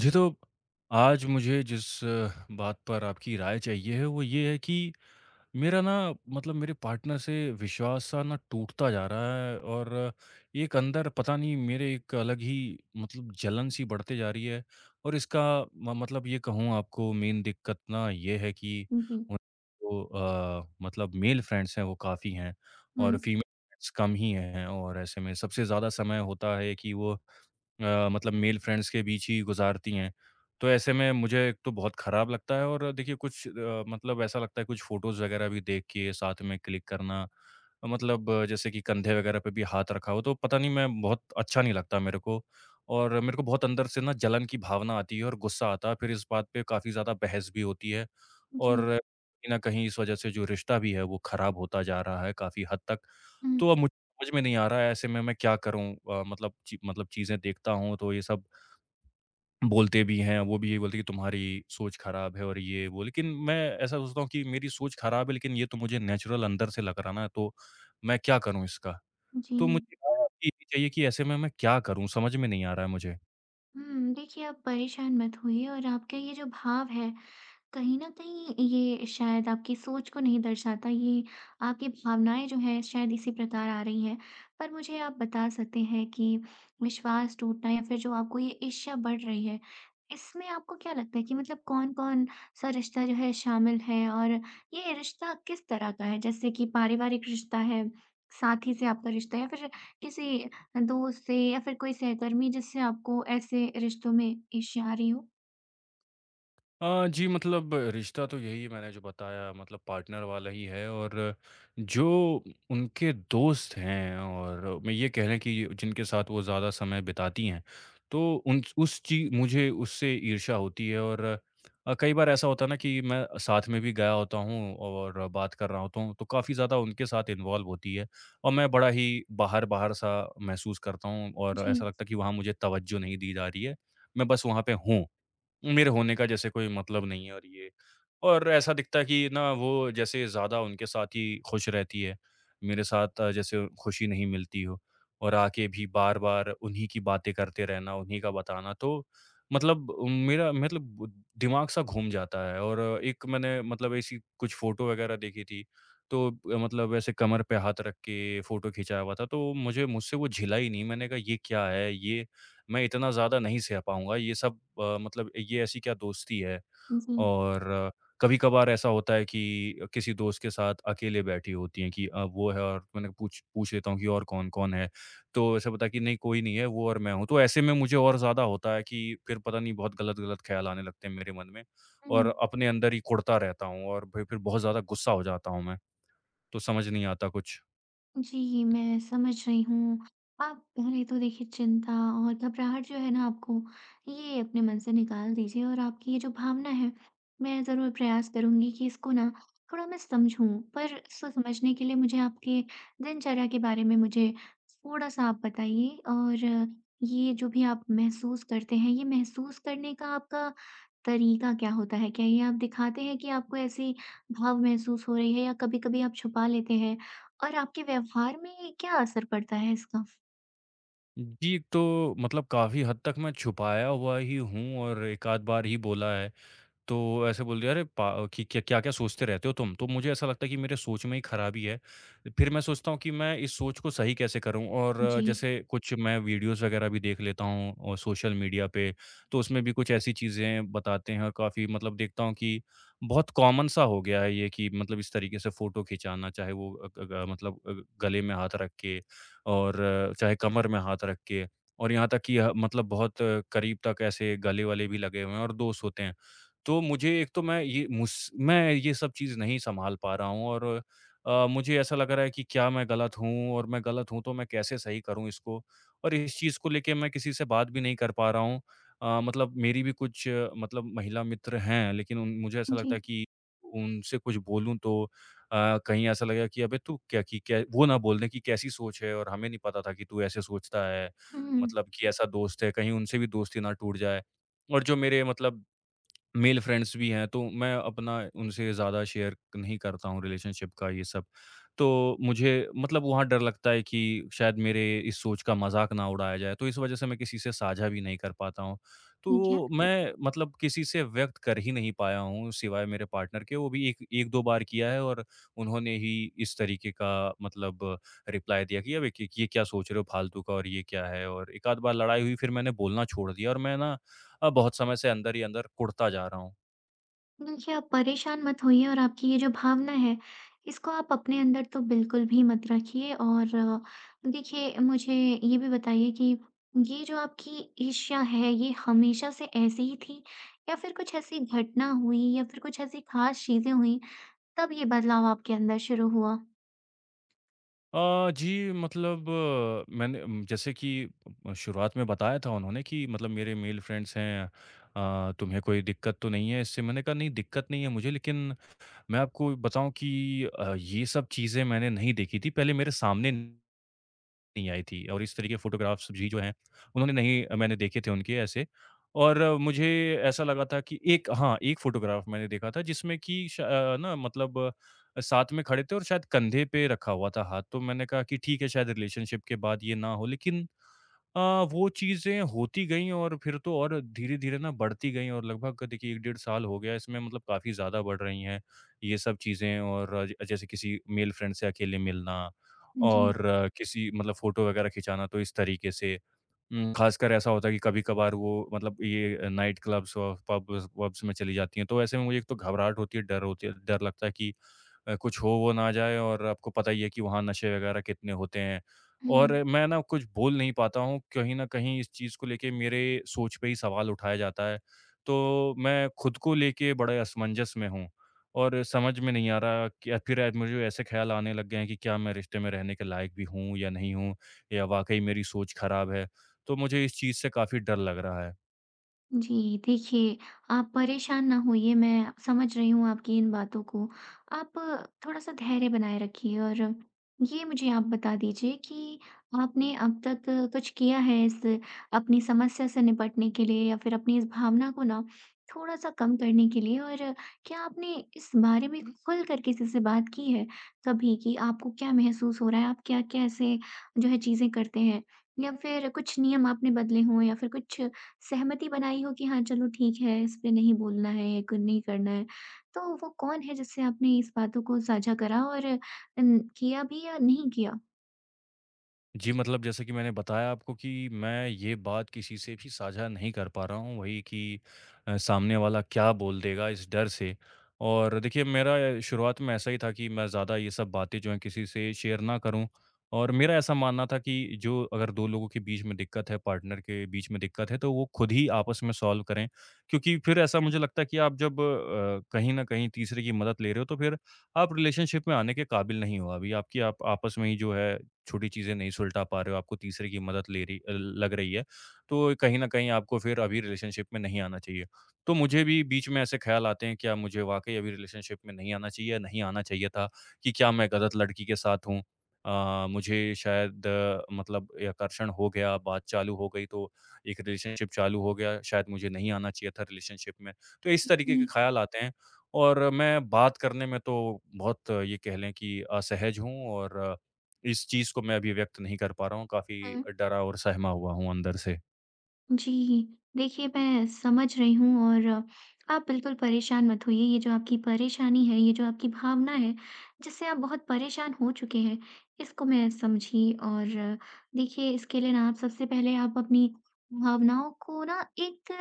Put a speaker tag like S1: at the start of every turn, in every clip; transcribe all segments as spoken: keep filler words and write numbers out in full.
S1: जी, तो आज मुझे जिस अ, बात पर आपकी राय चाहिए है, वो ये है कि मेरा ना मतलब मेरे पार्टनर से विश्वास सा ना टूटता जा रहा है, और अ, एक अंदर पता नहीं मेरे एक अलग ही मतलब जलन सी बढ़ते जा रही है। और इसका म मतलब ये कहूँ आपको, मेन दिक्कत ना ये है कि
S2: जी।
S1: उनको अ, मतलब मेल फ्रेंड्स हैं वो काफ़ी हैं,
S2: हुँ।
S1: और फीमेल फ्रेंड्स कम ही हैं, और ऐसे में सबसे ज़्यादा समय होता है कि वो अ, मतलब मेल फ्रेंड्स के बीच ही गुज़ारती हैं। तो ऐसे में मुझे एक तो बहुत ख़राब लगता है, और देखिए कुछ अ, मतलब ऐसा लगता है, कुछ फ़ोटोज़ वग़ैरह भी देख के साथ में क्लिक करना, अ, मतलब अ, जैसे कि कंधे वग़ैरह पे भी हाथ रखा हो, तो पता नहीं मैं बहुत अच्छा नहीं लगता मेरे को। और मेरे को बहुत अंदर से ना जलन की भावना आती है और गुस्सा आता है, फिर इस बात पे काफ़ी ज़्यादा बहस भी होती है,
S2: जी।
S1: और कहीं न कहीं इस वज़ह से जो रिश्ता भी है वो ख़राब होता जा रहा है काफ़ी हद तक।
S2: हुँ।
S1: तो अब मुझे समझ में नहीं आ रहा है, ऐसे में मैं क्या करूँ? अ, मतलब ची मतलब चीज़ें देखता हूँ तो ये सब बोलते भी हैं, वो भी यही बोलते हैं कि तुम्हारी सोच ख़राब है और ये वो। लेकिन मैं ऐसा सोचता हूँ कि मेरी सोच ख़राब है, लेकिन ये तो मुझे नेचुरल अंदर से लग रहा ना, तो मैं क्या करूँ इसका?
S2: जी।
S1: तो मुझे ना ये भी चाहिए कि ऐसे में मैं क्या करूँ? समझ में नहीं आ रहा है मुझे।
S2: हुँ, देखिए आप परेशान मत होइए और आपका ये जो भाव है, कहीं न कहीं ये शायद आपकी सोच को नहीं दर्शाता, ये आपकी भावनाएँ जो हैं शायद इसी प्रकार आ रही हैं। पर मुझे आप बता सकते हैं कि विश्वास टूटना या फिर जो आपको ये ईर्ष्या बढ़ रही है, इसमें आपको क्या लगता है कि मतलब कौन-कौन सा रिश्ता जो है शामिल है? और ये रिश्ता किस तरह का है? जैसे कि पारिवारिक रिश्ता है, साथी से आपका रिश्ता है या फिर किसी दोस्त से या फिर कोई सहकर्मी जिससे आपको ऐसे रिश्तों में ईर्ष्या आ रही हो?
S1: अ, जी, मतलब रिश्ता तो यही है, मैंने जो बताया मतलब पार्टनर वाला ही है, और जो उनके दोस्त हैं और मैं ये कह लें कि जिनके साथ वो ज़्यादा समय बिताती हैं, तो उन उस चीज़ मुझे उससे ईर्ष्या होती है। और अ, कई बार ऐसा होता है ना कि मैं साथ में भी गया होता हूँ और बात कर रहा होता हूँ, तो काफ़ी ज़्यादा उनके साथ इन्वॉल्व होती है, और मैं बड़ा ही बाहर बाहर सा महसूस करता हूँ, और
S2: जी,
S1: ऐसा लगता है कि वहाँ मुझे तवज्जो नहीं दी जा रही है। मैं बस वहाँ पे हूँ, मेरे होने का जैसे कोई मतलब नहीं है, और ये और ऐसा दिखता है कि ना वो जैसे ज़्यादा उनके साथ ही खुश रहती है। मेरे साथ अ, जैसे खुशी नहीं मिलती हो, और आके भी बार-बार उन्हीं की बातें करते रहना, उन्हीं का बताना, तो मतलब मेरा मतलब दिमाग सा घूम जाता है। और एक मैंने मतलब ऐसी कुछ फ़ोटो वग़ैरह देखी थी, तो अ, मतलब ऐसे कमर पे हाथ रख के फ़ोटो खिंचाया हुआ था, तो मुझे मुझसे वो झिला ही नहीं। मैंने कहा, ये क्या है? ये मैं इतना ज़्यादा नहीं सह पाऊँगा। ये सब अ, मतलब ये ऐसी क्या दोस्ती है?
S2: जी।
S1: और कभी-कभार ऐसा होता है कि किसी दोस्त के साथ अकेले बैठी होती हैं कि अ, वो है, और मैंने पूछ पूछ लेता हूँ कि और कौन-कौन है? तो ऐसा बताया कि नहीं कोई नहीं है, वो और मैं हूँ। तो ऐसे में मुझे और ज़्यादा होता है कि फिर पता नहीं बहुत गलत-गलत ख़्याल आने लगते हैं मेरे मन में,
S2: हुँ।
S1: और अपने अंदर ही कुढ़ता रहता हूँ, और फिर फिर बहुत ज़्यादा गुस्सा हो जाता हूँ मैं। तो समझ नहीं आता कुछ।
S2: जी, मैं समझ रही हूँ। आप पहले तो देखिए चिंता और घबराहट जो है ना आपको ये अपने मन से निकाल दीजिए और आपकी ये जो भावना है, मैं ज़रूर प्रयास करूँगी कि इसको ना थोड़ा मैं समझूँ। पर इसको समझने के लिए मुझे आपके दिनचर्या के बारे में मुझे थोड़ा-सा आप बताइए और ये जो भी आप महसूस करते हैं, ये महसूस करने का आपका तरीका क्या होता है? क्या ये आप दिखाते हैं कि आपको ऐसी भाव महसूस हो रही है या कभी-कभी आप छुपा लेते हैं? और आपके व्यवहार में क्या असर पड़ता है इसका?
S1: जी, तो मतलब काफ़ी हद तक मैं छुपाया हुआ ही हूँ, और एक आध बार ही बोला है। तो ऐसे बोल दिया, अरे पा कि क्या क्या-क्या सोचते रहते हो तुम? तो मुझे ऐसा लगता है कि मेरे सोच में ही खराबी है। फिर मैं सोचता हूँ कि मैं इस सोच को सही कैसे करूँ, और अ,
S2: जी।
S1: जैसे कुछ मैं वीडियोज़ वगैरह भी देख लेता हूँ और सोशल मीडिया पे, तो उसमें भी कुछ ऐसी चीज़ें बताते हैं, और काफ़ी मतलब देखता हूँ कि बहुत कॉमन सा हो गया है ये कि मतलब इस तरीके से फ़ोटो खिंचाना, चाहे वो अ, ग ग मतलब अ, गले में हाथ रख के, और अ, चाहे कमर में हाथ रख के, और यहाँ तक कि ह मतलब बहुत अ, करीब तक ऐसे गले वाले भी लगे हुए हैं और दोस्त होते हैं। तो मुझे एक तो मैं ये मुस मैं ये सब चीज़ नहीं संभाल पा रहा हूँ, और अ, मुझे ऐसा लग रहा है कि क्या मैं गलत हूँ? और मैं गलत हूँ तो मैं कैसे सही करूँ इसको? और इस चीज़ को लेके मैं किसी से बात भी नहीं कर पा रहा हूँ। अ, मतलब मेरी भी कुछ अ, मतलब महिला मित्र हैं, लेकिन उन मुझे ऐसा लगता
S2: जी।
S1: है कि उनसे कुछ बोलूँ तो अ, कहीं ऐसा लगेगा कि अबे तू क्या, कि क्या वो ना बोल दें कि कैसी सोच है, और हमें नहीं पता था कि तू ऐसे सोचता है।
S2: हुँ,
S1: मतलब कि ऐसा दोस्त है, कहीं उनसे भी दोस्ती ना टूट जाए। और जो मेरे मतलब मेल फ्रेंड्स भी हैं, तो मैं अपना उनसे ज़्यादा शेयर नहीं करता हूँ रिलेशनशिप का ये सब। तो मुझे मतलब वहाँ डर लगता है कि शायद मेरे इस सोच का मज़ाक ना उड़ाया जाए, तो इस वज़ह से मैं किसी से साझा भी नहीं कर पाता हूँ।
S2: ठीक है।
S1: तो जी। मैं मतलब किसी से व्यक्त कर ही नहीं पाया हूँ सिवाय मेरे पार्टनर के, वो भी एक एक-दो बार किया है, और उन्होंने ही इस तरीके का मतलब रिप्लाई दिया कि, "अबे! क ये क्या सोच रहे हो फालतू का, और ये क्या है?" और एक आध बार लड़ाई हुई, फिर मैंने बोलना छोड़ दिया, और मैं ना अ, बहुत समय से अंदर ही अंदर कुढ़ता जा रहा हूँ।
S2: देखिए, आप परेशान मत होइए और आपकी ये जो भावना है, इसको आप अपने अंदर तो बिल्कुल भी मत रखिए और अ, देखिए, मुझे ये भी बताइए कि ये जो आपकी ईर्ष्या है, ये हमेशा से ऐसी ही थी या फिर कुछ ऐसी घटना हुई या फिर कुछ ऐसी ख़ास चीज़ें हुईं, तब ये बदलाव आपके अंदर शुरू हुआ?
S1: अ, जी मतलब अ, मैंने उम, जैसे कि अ, शुरुआत में बताया था उन्होंने कि मतलब मेरे मेल फ्रेंड्स हैं, अ, "तुम्हें कोई दिक्कत तो नहीं है इससे?" मैंने कहा, "नहीं, दिक्कत नहीं है मुझे, लेकिन मैं आपको बताऊँ कि अ, ये सब चीज़ें मैंने नहीं देखी थी, पहले मेरे सामने" नहीं आई थी, और इस तरीके फ़ोटोग्राफ्स भी जो हैं, उन्होंने नहीं मैंने देखे थे उनके ऐसे। और अ, मुझे ऐसा लगा था कि एक हाँ, एक फ़ोटोग्राफ मैंने देखा था जिसमें कि श अ, ना मतलब अ, साथ में खड़े थे, और शायद कंधे पे रखा हुआ था हाथ, तो मैंने कहा कि ठीक है, शायद रिलेशनशिप के बाद ये ना हो, लेकिन अ, वो चीज़ें होती गईं और फिर तो और धीरे-धीरे ना बढ़ती गईं, और लगभग देखिए एक डेढ़ साल हो गया इसमें, मतलब काफ़ी ज़्यादा बढ़ रही हैं ये सब चीज़ें, और अ, ज जैसे किसी मेल फ्रेंड से अकेले मिलना,
S2: जी।
S1: और अ, किसी मतलब फ़ोटो वगैरह खिंचाना तो इस तरीके से। हुँ, ख़ासकर ऐसा होता है कि कभी-कभार वो मतलब ये नाइट क्लब्स और पब्स वब्स में चली जाती हैं, तो ऐसे में मुझे एक तो घबराहट होती है, डर होती है डर लगता है कि अ, कुछ हो वो ना जाए, और आपको पता ही है कि वहाँ नशे वग़ैरह कितने होते हैं। और
S2: हुँ।
S1: मैं ना कुछ बोल नहीं पाता हूँ, कहीं न कहीं इस चीज़ को लेके मेरे सोच पे ही सवाल उठाया जाता है, तो मैं खुद को लेके बड़े असमंजस में हूँ, और समझ में नहीं आ रहा कि फिर ऐ मुझे ऐसे ख़्याल आने लग गए हैं कि क्या मैं रिश्ते में रहने के लायक भी हूँ या नहीं हूँ? या वाक़ई मेरी सोच ख़राब है? तो मुझे इस चीज़ से काफ़ी डर लग रहा है।
S2: जी, देखिए, आप परेशान ना होइए, मैं समझ रही हूँ आपकी इन बातों को। आप थोड़ा-सा धैर्य बनाए रखिए और ये मुझे आप बता दीजिए कि आपने अब तक अ, कुछ किया है इस अपनी समस्या से निपटने के लिए या फिर अपनी इस भावना को ना थोड़ा-सा कम करने के लिए? और अ, क्या आपने इस बारे में खुलकर किसी से बात की है कभी कि आपको क्या महसूस हो रहा है? आप क्या-क्या ऐसे जो है चीज़ें करते हैं? या फिर कुछ नियम आपने बदले हों या फिर कुछ सहमति बनाई हो कि हाँ, चलो ठीक है, इस पे नहीं बोलना है या क नहीं करना है। तो वो कौन है जिससे आपने इस बातों को साझा करा और अन किया भी या नहीं किया?
S1: जी, मतलब जैसे कि मैंने बताया आपको कि मैं ये बात किसी से भी साझा नहीं कर पा रहा हूँ, वही कि अ, सामने वाला क्या बोल देगा, इस डर से। और देखिए मेरा अ, शुरुआत में ऐसा ही था कि मैं ज़्यादा ये सब बातें जो हैं किसी से शेयर ना करूँ, और मेरा ऐसा मानना था कि जो अगर दो लोगों के बीच में दिक्कत है, पार्टनर के बीच में दिक्कत है, तो वो खुद ही आपस में सॉल्व करें। क्योंकि फिर ऐसा मुझे लगता है कि आप जब अ, कहीं न कहीं तीसरे की मदद ले रहे हो, तो फिर आप रिलेशनशिप में आने के काबिल नहीं हो अभी, आपकी आप आपस में ही जो है छोटी चीज़ें नहीं सुलझा पा रहे हो, आपको तीसरे की मदद ले रही अ, लग रही है, तो कहीं न कहीं आपको फिर अभी रिलेशनशिप में नहीं आना चाहिए। तो मुझे भी बीच में ऐसे ख़्याल आते हैं, क्या मुझे वाक़ई अभी रिलेशनशिप में नहीं आना चाहिए, नहीं आना चाहिए था, कि क्या मैं गलत लड़की के साथ हूँ? अ, मुझे शायद अ, मतलब ये आकर्षण हो गया, बात चालू हो गई, तो एक रिलेशनशिप चालू हो गया, शायद मुझे नहीं आना चाहिए था रिलेशनशिप में। तो इस तरीके के
S2: जी।
S1: ख़्याल आते हैं। और मैं बात करने में तो बहुत अ, ये कह लें कि असहज हूँ, और इस चीज़ को मैं अभी व्यक्त नहीं कर पा रहा हूँ, काफ़ी
S2: हुँ।
S1: डरा और सहमा हुआ हूँ अंदर से।
S2: जी। देखिए, मैं समझ रही हूँ और आप बिल्कुल परेशान मत होइए। ये जो आपकी परेशानी है, ये जो आपकी भावना है, जिससे आप बहुत परेशान हो चुके हैं, इसको मैं समझी और देखिए, इसके लिए ना आप सबसे पहले आप अपनी भावनाओं को ना एक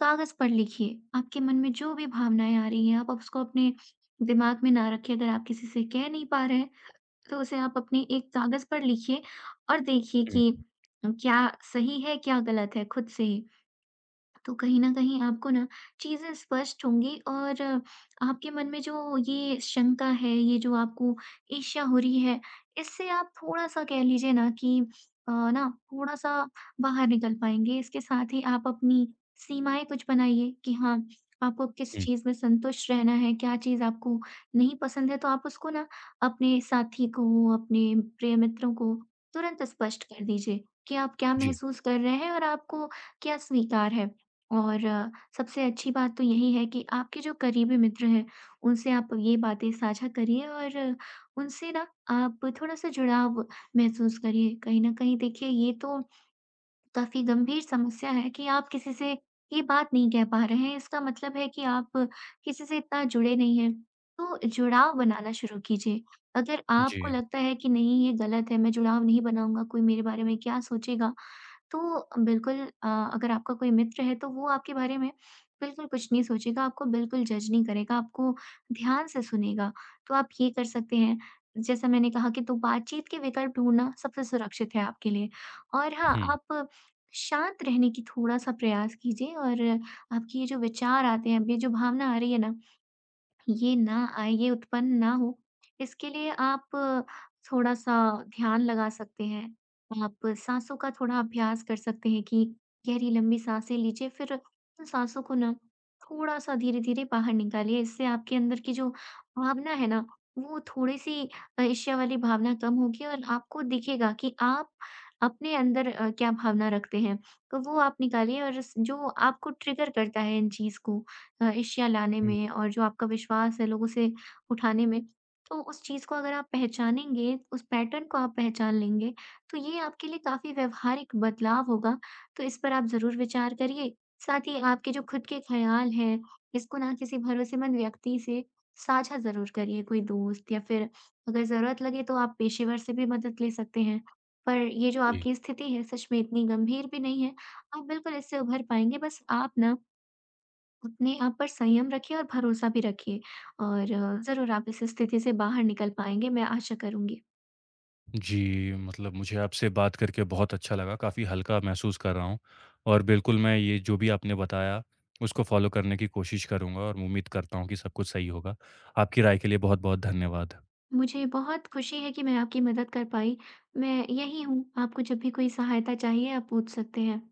S2: कागज़ पर लिखिए। आपके मन में जो भी भावनाएँ आ रही हैं, आप उसको अपने दिमाग में ना रखिए। अगर आप किसी से कह नहीं पा रहे हैं, तो उसे आप अपने एक कागज़ पर लिखिए और देखिए
S1: हुँ,
S2: कि क्या सही है, क्या गलत है खुद से ही। तो कहीं न कहीं आपको ना चीज़ें स्पष्ट होंगी और आपके मन में जो ये शंका है, ये जो आपको ईर्ष्या हो रही है, इससे आप थोड़ा-सा कह लीजिए ना कि अ, ना थोड़ा-सा बाहर निकल पाएँगे। इसके साथ ही आप अपनी सीमाएँ कुछ बनाइए कि हाँ, आपको किस
S1: हुँ।
S2: चीज़ में संतुष्ट रहना है, क्या चीज़ आपको नहीं पसंद है, तो आप उसको ना अपने साथी को, अपने प्रिय मित्रों को तुरंत स्पष्ट कर दीजिए कि आप क्या
S1: जी,
S2: महसूस कर रहे हैं और आपको क्या स्वीकार है। और अ, सबसे अच्छी बात तो यही है कि आपके जो करीबी मित्र हैं, उनसे आप ये बातें साझा करिए और अ, उनसे ना आप थोड़ा-सा जुड़ाव महसूस करिए। कहीं न कहीं देखिए ये तो काफ़ी गंभीर समस्या है कि आप किसी से ये बात नहीं कह पा रहे हैं, इसका मतलब है कि आप किसी से इतना जुड़े नहीं हैं। तो जुड़ाव बनाना शुरू कीजिए। अगर आपको
S1: जी।
S2: लगता है कि नहीं ये गलत है, मैं जुड़ाव नहीं बनाऊँगा, कोई मेरे बारे में क्या सोचेगा? तो बिल्कुल अ, अगर आपका कोई मित्र है तो वो आपके बारे में बिल्कुल कुछ नहीं सोचेगा, आपको बिल्कुल जज नहीं करेगा, आपको ध्यान से सुनेगा। तो आप ये कर सकते हैं, जैसा मैंने कहा कि तो बातचीत के विकल्प ढूँढना सबसे सुरक्षित है आपके लिए। और हाँ,
S1: हुँ,
S2: आप शांत रहने की थोड़ा-सा प्रयास कीजिए और आपकी ये जो विचार आते हैं, अब ये जो भावना आ रही है ना ये ना आए, ये उत्पन्न ना हो, इसके लिए आप थोड़ा-सा ध्यान लगा सकते हैं। आप साँसों का थोड़ा अभ्यास कर सकते हैं कि गहरी लंबी साँसें लीजिए, फिर उन साँसों को ना थोड़ा-सा धीरे-धीरे बाहर निकालिए। इससे आपके अंदर की जो भावना है ना, वो थोड़ी-सी ईर्ष्या वाली भावना कम होगी और आपको दिखेगा कि आप अपने अंदर अ, क्या भावना रखते हैं। तो वो आप निकालिए और स जो आपको ट्रिगर करता है इन चीज़ को, अ, एशिया लाने
S1: हुँ,
S2: में और जो आपका विश्वास है लोगों से उठाने में, तो उस चीज़ को अगर आप पहचानेंगे, उस पैटर्न को आप पहचान लेंगे, तो ये आपके लिए काफ़ी व्यावहारिक बदलाव होगा। तो इस पर आप ज़रूर विचार करिए। साथ ही आपके जो खुद के ख़्याल हैं, इसको ना किसी भरोसेमंद व्यक्ति से साझा ज़रूर करिए, कोई दोस्त या फिर अगर ज़रूरत लगे तो आप पेशेवर से भी मदद ले सकते हैं। पर ये जो
S1: जी।
S2: आपकी स्थिति है, सच में इतनी गंभीर भी नहीं है। आप बिल्कुल इससे उभर पाएँगे, बस आप ना अपने आप पर संयम रखिए और भरोसा भी रखिए और अ, ज़रूर आप इस स्थिति से बाहर निकल पाएँगे, मैं आशा करूँगी।
S1: जी, मतलब मुझे आपसे बात करके बहुत अच्छा लगा, काफ़ी हल्का महसूस कर रहा हूँ, और बिल्कुल मैं ये जो भी आपने बताया, उसको फ़ॉलो करने की कोशिश करूँगा, और उम्मीद करता हूँ कि सब कुछ सही होगा। आपकी राय के लिए बहुत-बहुत धन्यवाद।
S2: मुझे बहुत खुशी है कि मैं आपकी मदद कर पाई। मैं यहीं हूँ, आपको जब भी कोई सहायता चाहिए आप पूछ सकते हैं।